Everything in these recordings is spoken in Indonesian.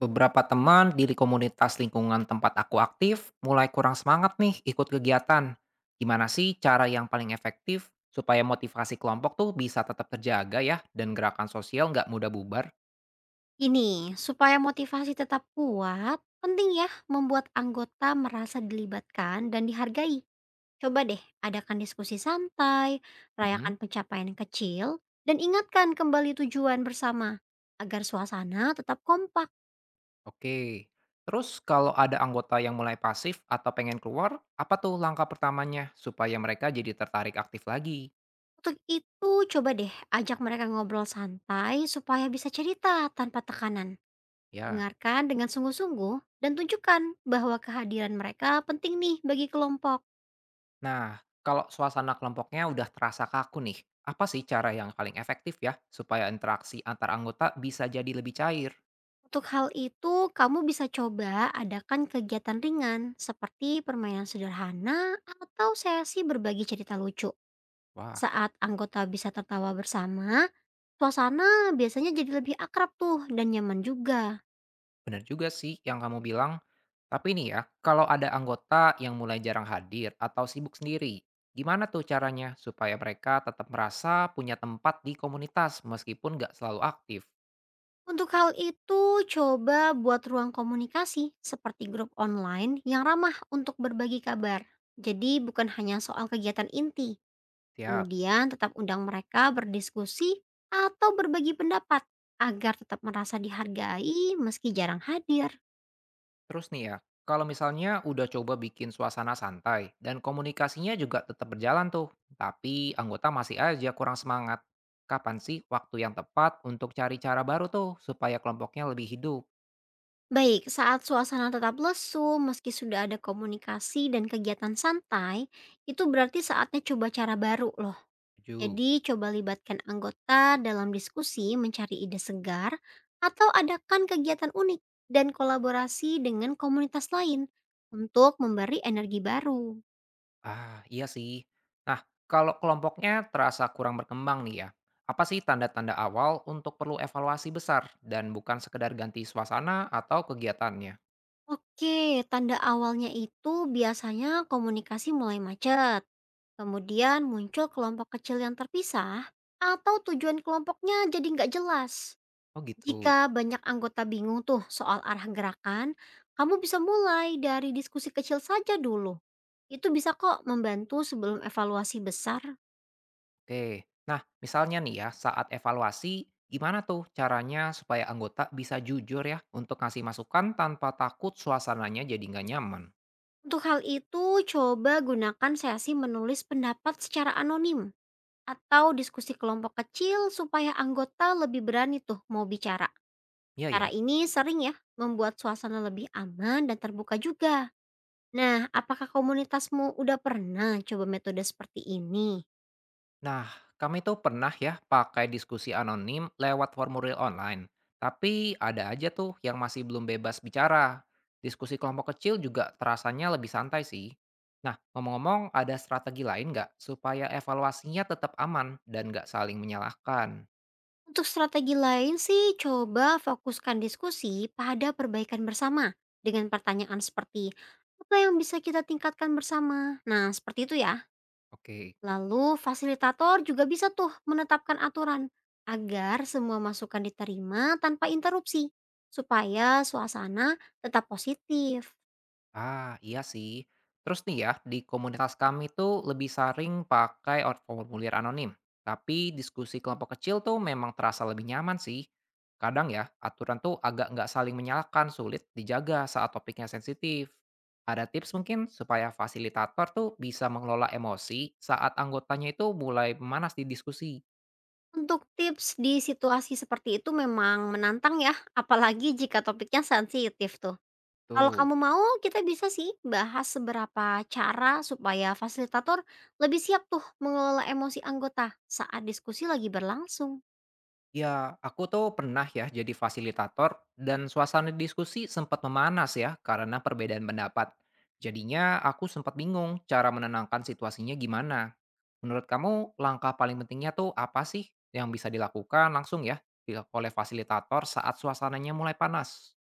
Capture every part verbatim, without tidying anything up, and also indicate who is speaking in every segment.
Speaker 1: Beberapa teman di komunitas lingkungan tempat aku aktif mulai kurang semangat nih ikut kegiatan. Gimana sih cara yang paling efektif supaya motivasi kelompok tuh bisa tetap terjaga ya dan gerakan sosial nggak mudah bubar?
Speaker 2: Ini, supaya motivasi tetap kuat, penting ya membuat anggota merasa dilibatkan dan dihargai. Coba deh, adakan diskusi santai,
Speaker 1: Mm-mm.
Speaker 2: rayakan pencapaian kecil, dan ingatkan kembali tujuan bersama agar suasana tetap kompak.
Speaker 1: Oke. Terus kalau ada anggota yang mulai pasif atau pengen keluar, apa tuh langkah pertamanya supaya mereka jadi tertarik aktif lagi?
Speaker 2: Untuk itu, coba deh ajak mereka ngobrol santai supaya bisa cerita tanpa tekanan.
Speaker 1: Ya.
Speaker 2: Dengarkan dengan sungguh-sungguh dan tunjukkan bahwa kehadiran mereka penting nih bagi kelompok.
Speaker 1: Nah, kalau suasana kelompoknya udah terasa kaku nih, apa sih cara yang paling efektif ya supaya interaksi antar anggota bisa jadi lebih cair?
Speaker 2: Untuk hal itu, kamu bisa coba adakan kegiatan ringan seperti permainan sederhana atau sesi berbagi cerita lucu.
Speaker 1: Wah,
Speaker 2: Saat anggota bisa tertawa bersama, suasana biasanya jadi lebih akrab tuh dan nyaman juga.
Speaker 1: bener juga sih yang kamu bilang. Tapi nih ya, kalau ada anggota yang mulai jarang hadir atau sibuk sendiri, gimana tuh caranya supaya mereka tetap merasa punya tempat di komunitas meskipun nggak selalu aktif?
Speaker 2: Untuk hal itu, coba buat ruang komunikasi seperti grup online yang ramah untuk berbagi kabar. Jadi bukan hanya soal kegiatan inti,
Speaker 1: Siap.
Speaker 2: kemudian tetap undang mereka berdiskusi atau berbagi pendapat agar tetap merasa dihargai meski jarang hadir.
Speaker 1: Terus nih ya, kalau misalnya udah coba bikin suasana santai dan komunikasinya juga tetap berjalan tuh, tapi anggota masih aja kurang semangat. Kapan sih waktu yang tepat untuk cari cara baru tuh supaya kelompoknya lebih hidup?
Speaker 2: Baik, saat suasana tetap lesu meski sudah ada komunikasi dan kegiatan santai, itu berarti saatnya coba cara baru loh.
Speaker 1: Setuju.
Speaker 2: Jadi coba libatkan anggota dalam diskusi mencari ide segar atau adakan kegiatan unik dan kolaborasi dengan komunitas lain untuk memberi energi baru.
Speaker 1: Ah, iya sih. Nah, kalau kelompoknya terasa kurang berkembang nih ya, apa sih tanda-tanda awal untuk perlu evaluasi besar dan bukan sekedar ganti suasana atau kegiatannya?
Speaker 2: Oke, tanda awalnya itu biasanya komunikasi mulai macet, kemudian muncul kelompok kecil yang terpisah, atau tujuan kelompoknya jadi nggak jelas.
Speaker 1: Oh gitu.
Speaker 2: Jika banyak anggota bingung tuh soal arah gerakan, kamu bisa mulai dari diskusi kecil saja dulu. Itu bisa kok membantu sebelum evaluasi besar.
Speaker 1: Oke, nah misalnya nih ya saat evaluasi, gimana tuh caranya supaya anggota bisa jujur ya untuk ngasih masukan tanpa takut suasananya jadi nggak nyaman?
Speaker 2: Untuk hal itu, coba gunakan sesi menulis pendapat secara anonim atau diskusi kelompok kecil supaya anggota lebih berani tuh mau bicara.
Speaker 1: Iya
Speaker 2: Cara
Speaker 1: ya.
Speaker 2: ini sering ya membuat suasana lebih aman dan terbuka juga. Nah, apakah komunitasmu udah pernah coba metode seperti ini?
Speaker 1: Nah, kami tuh pernah ya pakai diskusi anonim lewat formulir online, tapi ada aja tuh yang masih belum bebas bicara. Diskusi kelompok kecil juga terasanya lebih santai sih. Nah, ngomong-ngomong ada strategi lain nggak supaya evaluasinya tetap aman dan nggak saling menyalahkan?
Speaker 2: Untuk strategi lain sih, coba fokuskan diskusi pada perbaikan bersama dengan pertanyaan seperti apa yang bisa kita tingkatkan bersama. Nah, seperti itu ya.
Speaker 1: Oke.
Speaker 2: Lalu fasilitator juga bisa tuh menetapkan aturan agar semua masukan diterima tanpa interupsi supaya suasana tetap positif.
Speaker 1: Ah, iya sih. Terus nih ya, di komunitas kami tuh lebih saring pakai or- formulir anonim. Tapi diskusi kelompok kecil tuh memang terasa lebih nyaman sih. Kadang ya, aturan tuh agak nggak saling menyalahkan, sulit dijaga saat topiknya sensitif. Ada tips mungkin supaya fasilitator tuh bisa mengelola emosi saat anggotanya itu mulai memanas di diskusi.
Speaker 2: Untuk tips di situasi seperti itu memang menantang ya, apalagi jika topiknya sensitif tuh. Kalau
Speaker 1: Tuh.
Speaker 2: kamu mau, kita bisa sih bahas seberapa cara supaya fasilitator lebih siap tuh mengelola emosi anggota saat diskusi lagi berlangsung.
Speaker 1: Ya, aku tuh pernah ya jadi fasilitator dan suasana diskusi sempat memanas ya karena perbedaan pendapat. Jadinya aku sempat bingung cara menenangkan situasinya gimana. Menurut kamu langkah paling pentingnya tuh apa sih yang bisa dilakukan langsung ya di- oleh fasilitator saat suasananya mulai panas?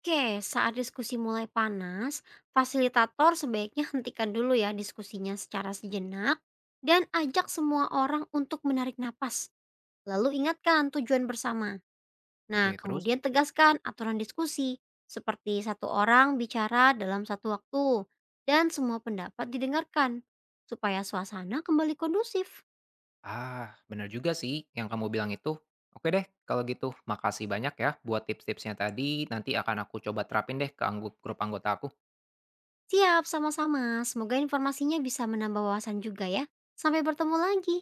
Speaker 2: Oke, saat diskusi mulai panas, fasilitator sebaiknya hentikan dulu ya diskusinya secara sejenak dan ajak semua orang untuk menarik napas. Lalu ingatkan tujuan bersama.
Speaker 1: Oke,
Speaker 2: Nah,
Speaker 1: terus?
Speaker 2: kemudian tegaskan aturan diskusi, seperti satu orang bicara dalam satu waktu dan semua pendapat didengarkan, supaya suasana kembali kondusif.
Speaker 1: Ah, bener juga sih yang kamu bilang itu. Oke deh, kalau gitu makasih banyak ya buat tips-tipsnya tadi. Nanti akan aku coba terapin deh ke anggo- grup anggota aku.
Speaker 2: Siap, sama-sama. Semoga informasinya bisa menambah wawasan juga ya. Sampai bertemu lagi.